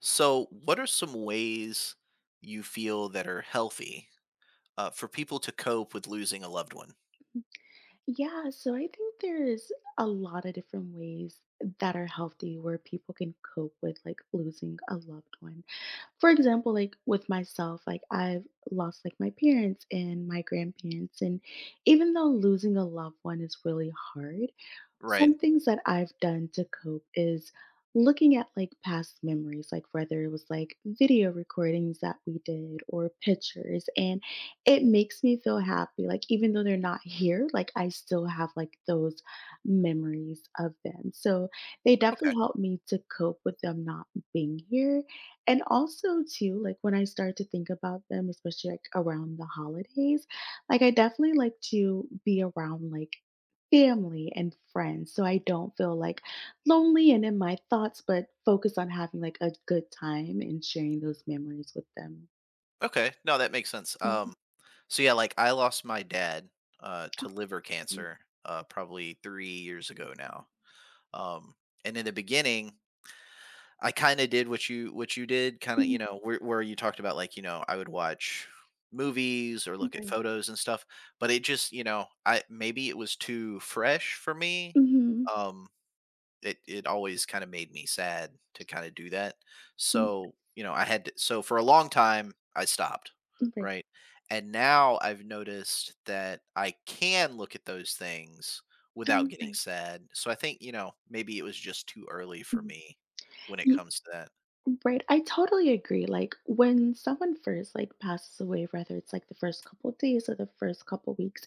So, what are some ways you feel that are healthy for people to cope with losing a loved one? Yeah, so I think there's a lot of different ways that are healthy where people can cope with like losing a loved one. For example, like with myself, like I've lost like my parents and my grandparents. And even though losing a loved one is really hard, Right. some things that I've done to cope is looking at like past memories, like whether it was like video recordings that we did or pictures. And it makes me feel happy. Like even though they're not here, like I still have like those memories of them. So they Okay. definitely help me to cope with them not being here. And also too, like when I start to think about them, especially like around the holidays, like I definitely like to be around like family and friends so I don't feel like lonely and in my thoughts, but focus on having like a good time and sharing those memories with them. Okay. No, that makes sense. Mhm. So yeah, like I lost my dad to liver Mhm. cancer probably 3 years ago now. Um, and in the beginning, I kind of did what you did, Mhm. Where you talked about like I would watch movies or look at Right. photos and stuff, but it just you know I maybe it was too fresh for me. Mm-hmm. Um, it always kind of made me sad to kind of do that. So, you know, I had to, so for a long time I stopped, Right. right? And now I've noticed that I can look at those things without Oh, getting nice. sad. So I think, you know, maybe it was just too early for me when it Mhm. comes to that. Right. I totally agree. Like when someone first like passes away, whether it's like the first couple days or the first couple weeks,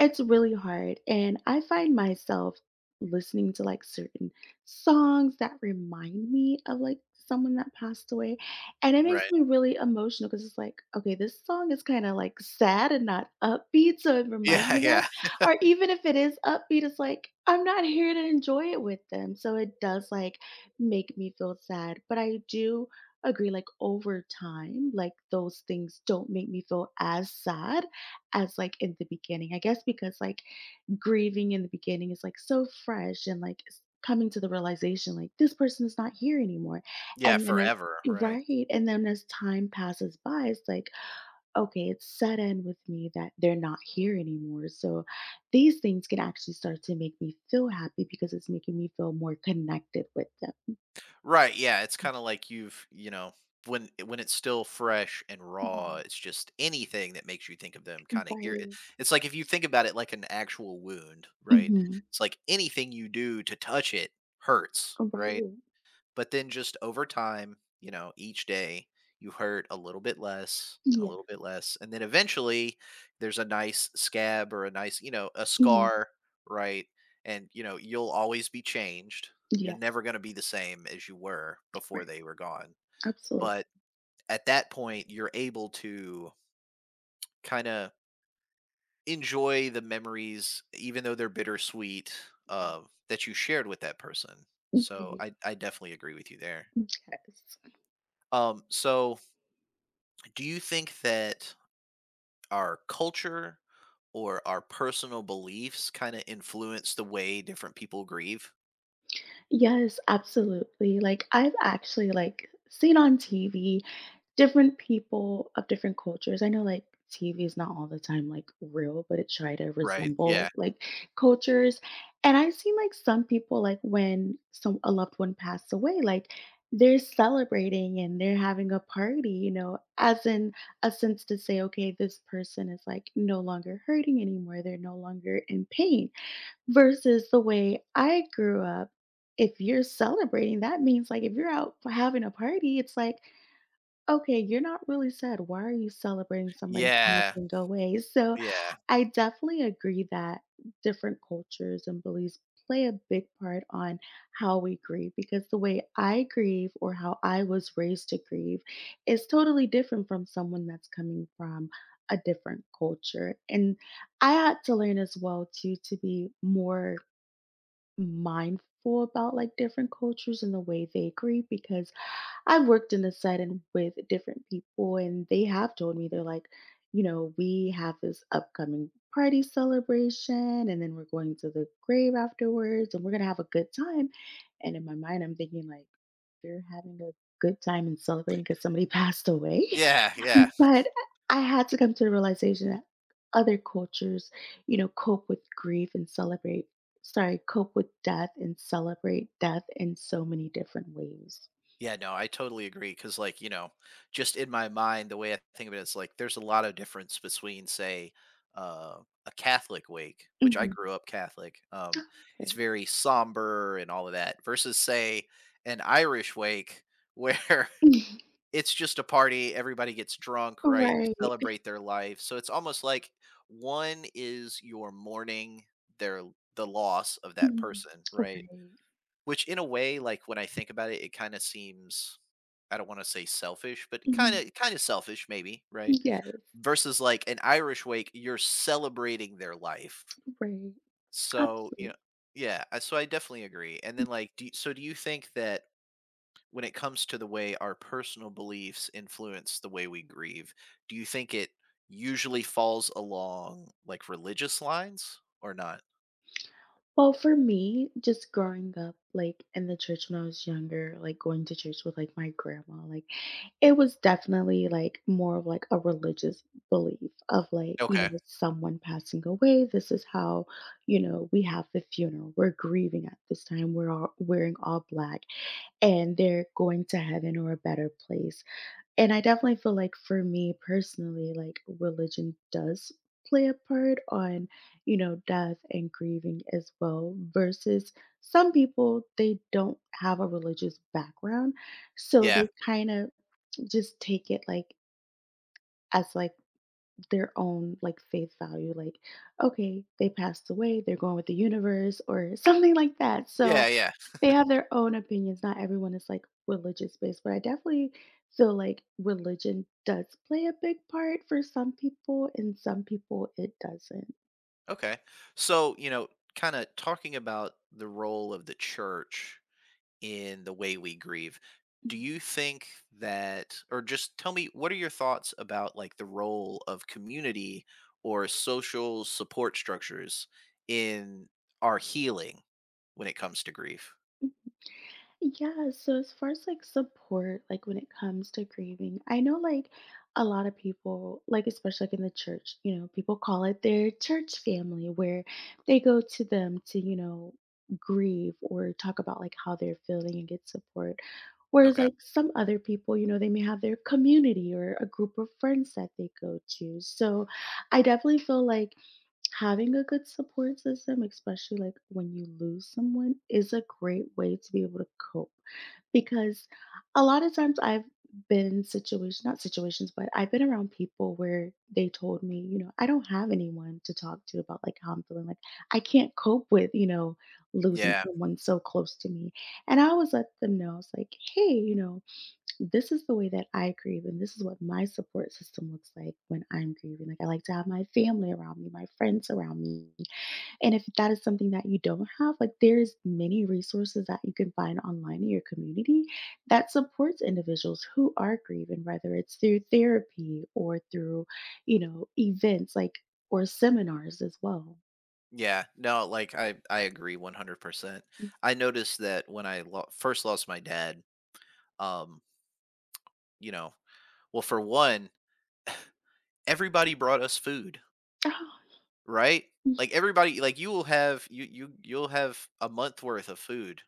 it's really hard. And I find myself listening to like certain songs that remind me of like someone that passed away. And it makes Right. me really emotional because it's like, okay, this song is kind of like sad and not upbeat. So it reminds Yeah, me of them. yeah. Or even if it is upbeat, it's like, I'm not here to enjoy it with them. So it does like make me feel sad. But I do agree, like over time, like those things don't make me feel as sad as like in the beginning. I guess because like grieving in the beginning is like so fresh and like coming to the realization like this person is not here anymore. Yeah, And then as forever, right? Right. And then as time passes by, it's like, okay, it's set in with me that they're not here anymore. So these things can actually start to make me feel happy because it's making me feel more connected with Right, yeah, it's kinda like when it's still fresh and raw, them. it's just anything that makes you think of them kinda ir Right. it's like if you think about it like an actual wound, right? Mhm. It's like anything you do to touch it hurts, right? Right. But then just over time, you know, each day you hurt a little bit less and a Yeah. little bit less. And then eventually there's a nice scab or a nice, you know, a Mhm. scar, right? And, you know, you'll always be changed. You're Yes. never going to be the same as you were before Right. they were gone. Absolutely. But at that point, you're able to kind of enjoy the memories, even though they're bittersweet, uh, that you shared with that person. So Right. I definitely agree with you there. Yes. So do you think that our culture or our personal beliefs kind of influence the way different people grieve? Yes, absolutely. Like I've actually like seen on TV different people of different cultures. I know like TV is not all the time like real, but it try to Right. Yeah. resemble like cultures. And I've seen like some people like when some a loved one passed away, like they're celebrating and they're having a party, you know, as in a sense to say, okay, this person is like no longer hurting anymore. They're no longer in pain. Versus the way I grew up, if you're celebrating, that means like if you're out for having a party, it's like okay, you're not really sad. Why are you celebrating somebody who Yeah. hasn't away? So Yeah. I definitely agree that different cultures and beliefs play a big part on how we grieve, because the way I grieve or how I was raised to grieve is totally different from someone that's coming from a different culture. And I had to learn as well too to be more mindful about like different cultures and the way they grieve, because I've worked in the setting with different people, and they have told me they're like, you know, we have this upcoming party celebration, and then we're going to the grave afterwards, and we're gonna have a good time. And in my mind, I'm thinking like, they're having a good time and celebrating because somebody passed away. Yeah. Yeah. But I had to come to the realization that other cultures, you know, cope with grief and celebrate. Sorry, cope with death and celebrate death in so many different ways. Yeah. No, I totally agree. Cause, like, you know, just in my mind, the way I think of it, it's like there's a lot of difference between, say, uh, a Catholic wake, which I Mhm. grew up Catholic. It's Okay. very somber and all of that, versus, say, an Irish wake where Mhm. it's just a party, everybody gets drunk, right? You Right. celebrate their life. So it's almost like one is your mourning their the loss of that Mhm. person, right? Right. Which in a way, like when I think about it, it kind of seems I don't want to say selfish, but kind Mhm. of kind of selfish maybe, right? Yes. Versus like an Irish wake, you're celebrating their life. Right. So, you know, Absolutely. yeah, so I definitely agree. And then do you think that when it comes to the way our personal beliefs influence the way we grieve, do you think it usually falls along like religious lines or not? Well, for me, just growing up, like in the church when I was younger, like going to church with like my grandma, like it was definitely like more of like a religious belief of like, you Okay. know, someone passing away. This is how, you know, we have the funeral. We're grieving at this time. We're all wearing all black and they're going to heaven or a better place. And I definitely feel like for me personally, like religion does play a part on, you know, death and grieving as well, versus some people, they don't have a religious background. So Yeah. they kind of just take it like as like their own like faith value, like, okay, they passed away, they're going with the universe or something like that. Yeah. So Yeah. they have their own opinions. Not everyone is like religious based, but I definitely feel like religion does play a big part for some people, and some people it doesn't. Okay. So, you know, kind of talking about the role of the church in the way we grieve. Do you think that, or just tell me, what are your thoughts about like the role of community or social support structures in our healing when it comes to grief? Yeah, so as far as like support, like when it comes to grieving, I know like a lot of people, like especially like in the church, you know, people call it their church family where they go to them to, you know, grieve or talk about like how they're feeling and get support. Whereas Okay. like some other people, you know, they may have their community or a group of friends that they go to. So I definitely feel like having a good support system, especially like when you lose someone, is a great way to be able to cope because a lot of times I've been in situations, not situations, but I've been around people where they told me, you know, I don't have anyone to talk to about like how I'm feeling. Like I can't cope with, you know, losing Yeah. someone so close to me. And I always let them know, I was like, hey, you know, this is the way that I grieve and this is what my support system looks like when I'm grieving. Like I like to have my family around me, my friends around me. And if that is something that you don't have, like there's many resources that you can find online in your community that supports individuals who are grieving, whether it's through therapy or through, you know, events like or seminars as well. Yeah. No, like I agree 100%. Mm. I noticed that when first lost my dad, um, you know, well, for one, everybody brought us food. Oh, Right? yeah. Like everybody like you will have you you you'll have a month worth of food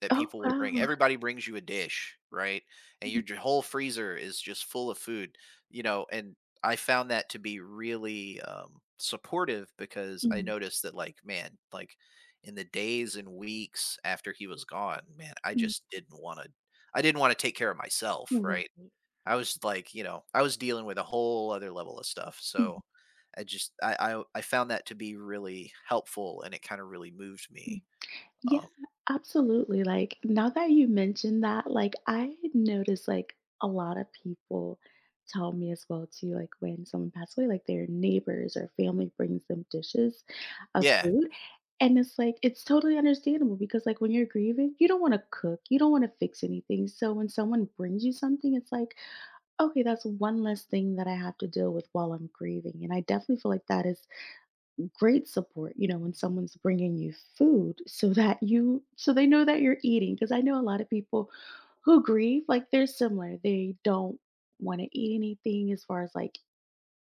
that Oh, people will bring. wow. Everybody brings you a dish, right? And Mhm, your whole freezer is just full of food, you know, and I found that to be really supportive because I mhm, noticed that like man, like in the days and weeks after he was gone, man, I mhm. just didn't want to I didn't want to take care of myself, Right. right? Mhm, I was like, you know, I was dealing with a whole other level of stuff. mhm. So I just I found that to be really helpful and it kind of really moved me. Yeah, Um, absolutely. Like now that you mentioned that, like I noticed like a lot of people tell me as well too, like when someone passed away, like their neighbors or family brings them dishes of yeah. food. And it's like it's totally understandable because like when you're grieving, you don't want to cook, you don't want to fix anything. So when someone brings you something, it's like, okay, that's one less thing that I have to deal with while I'm grieving. And I definitely feel like that is great support, you know, when someone's bringing you food so that you so they know that you're eating. Because I know a lot of people who grieve, like, they're similar. They don't wanna eat anything as far as, like,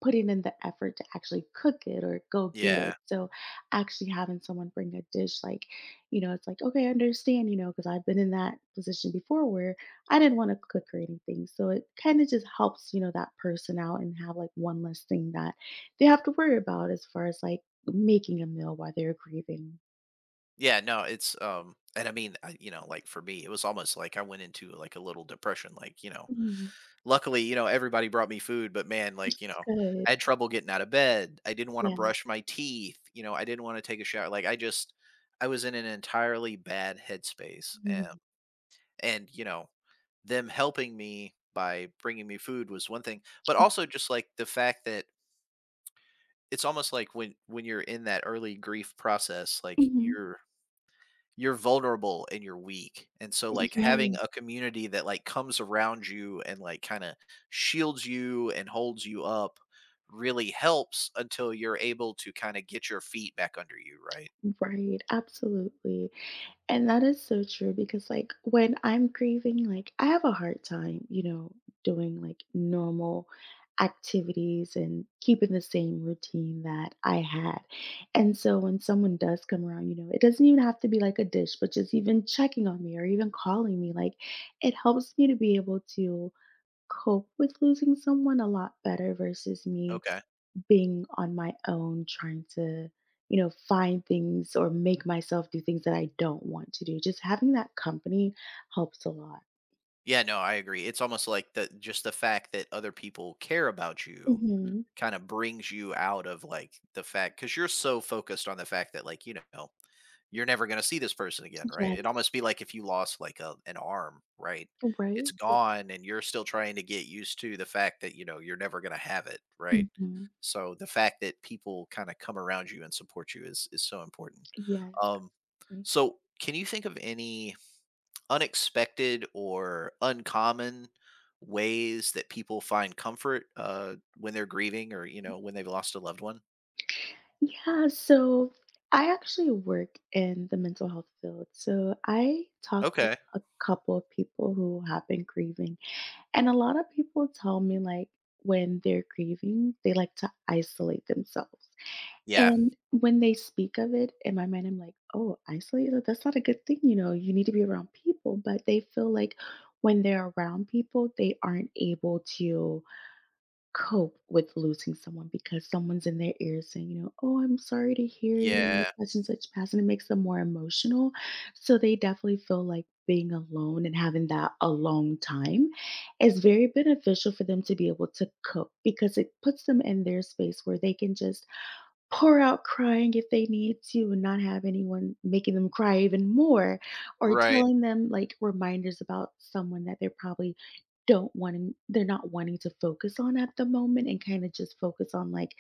putting in the effort to actually cook it or go get it. Yeah. So actually having someone bring a dish like, you know, it's like, okay, I understand, you know, because I've been in that position before where I didn't want to cook or anything. So it kind of just helps, you know, that person out and have like one less thing that they have to worry about as far as like making a meal while they're grieving. Yeah, no, it's and I mean, I, you know, like for me, it was almost like I went into like a little depression like, you know, Mm, luckily, you know, everybody brought me food, but man, it's like, you know, I good. had trouble getting out of bed. I didn't want to Yeah. brush my teeth, you know, I didn't want to take a shower. Like I just I was in an entirely bad headspace. Mhm. And you know them helping me by bringing me food was one thing but also just like the fact that it's almost like when you're in that early grief process like Mhm. you're vulnerable and you're weak, and so like Yeah. having a community that like comes around you and like kind of shields you and holds you up really helps until you're able to kind of get your feet back under you, right? Right. Absolutely. And that is so true because, like, when I'm grieving, like, I have a hard time, you know, doing like normal activities and keeping the same routine that I had. And so when someone does come around, you know, it doesn't even have to be like a dish, but just even checking on me or even calling me, like, it helps me to be able to cope with losing someone a lot better versus me Okay. being on my own, trying to, you know, find things or make myself do things that I don't want to do. Just having that company helps a lot. Yeah, no, I agree. It's almost like the just the fact that other people care about you Mhm. kind of brings you out of like the fact because you're so focused on the fact that like, you know, you're never going to see this person again, right? Yes. It'd almost be like if you lost like an arm, right? It's Right? gone and you're still trying to get used to the fact that, you know, you're never going to have it, right? Mhm. So the fact that people kind of come around you and support you is so important. Yes. um Right. so can you think of any unexpected or uncommon ways that people find comfort when they're grieving, or, you know, when they've lost a loved one? Yeah. So I actually work in the mental health field. So I talk with Okay. a couple of people who have been grieving. And a lot of people tell me, like, when they're grieving, they like to isolate themselves. Yeah. And when they speak of it, in my mind, I'm like, "Oh, isolated? That's not a good thing, you know, you need to be around people." But they feel like when they're around people, they aren't able to cope with losing someone because someone's in their ear saying, you know, "Oh, I'm sorry to hear, you know, Yeah. such and such passed," and it makes them more emotional. So they definitely feel like being alone and having that alone time is very beneficial for them to be able to cope because it puts them in their space where they can just pour out crying if they need to and not have anyone making them cry even more, or Right. telling them like reminders about someone that they're probably don't wanting they're not wanting to focus on at the moment, and kind of just focus on like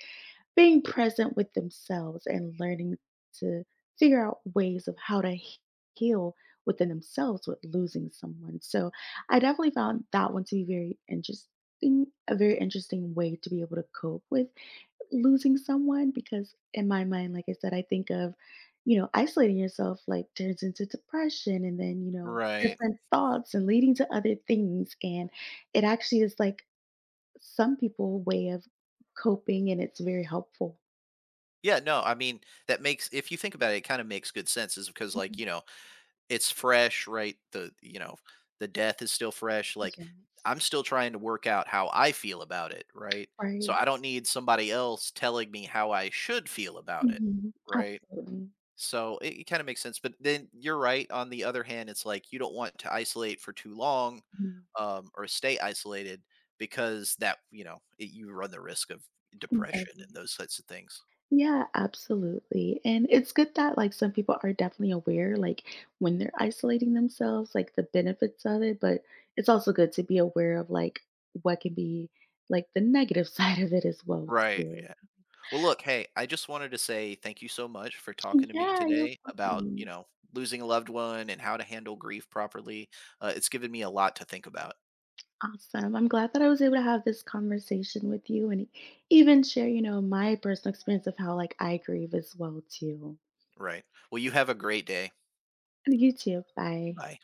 being present with themselves and learning to figure out ways of how to heal within themselves with losing someone. So I definitely found that one to be very interesting, a very interesting way to be able to cope with losing someone because in my mind, like I said, I think of, you know, isolating yourself like turns into depression and then you know Right. different thoughts and leading to other things, and it actually is like some people way of coping and it's very helpful. Yeah, no, I mean, that makes, if you think about it, it kind of makes good sense. Is because, like, Mhm. you know, it's fresh, right? The, you know, the death is still fresh. Yes. Like, Yes. I'm still trying to work out how I feel about it, right? So Right. I don't need somebody else telling me how I should feel about it, Mhm. right? Absolutely. So it kind of makes sense. But then you're right. On the other hand, it's like you don't want to isolate for too long, Mhm. Or stay isolated because that, you know, it, you run the risk of depression Right. and those sorts of things. Yeah, absolutely. And it's good that like some people are definitely aware like when they're isolating themselves, like the benefits of it, but it's also good to be aware of like what can be like the negative side of it as well Right. too. Yeah. Well, look, hey, I just wanted to say thank you so much for talking to me Yeah, you're today about, you welcome. know, losing a loved one and how to handle grief properly. It's given me a lot to think about. Awesome. I'm glad that I was able to have this conversation with you and even share, you know, my personal experience of how like I grieve as well too. Right. Well, you have a great day. And you too. Bye. Bye.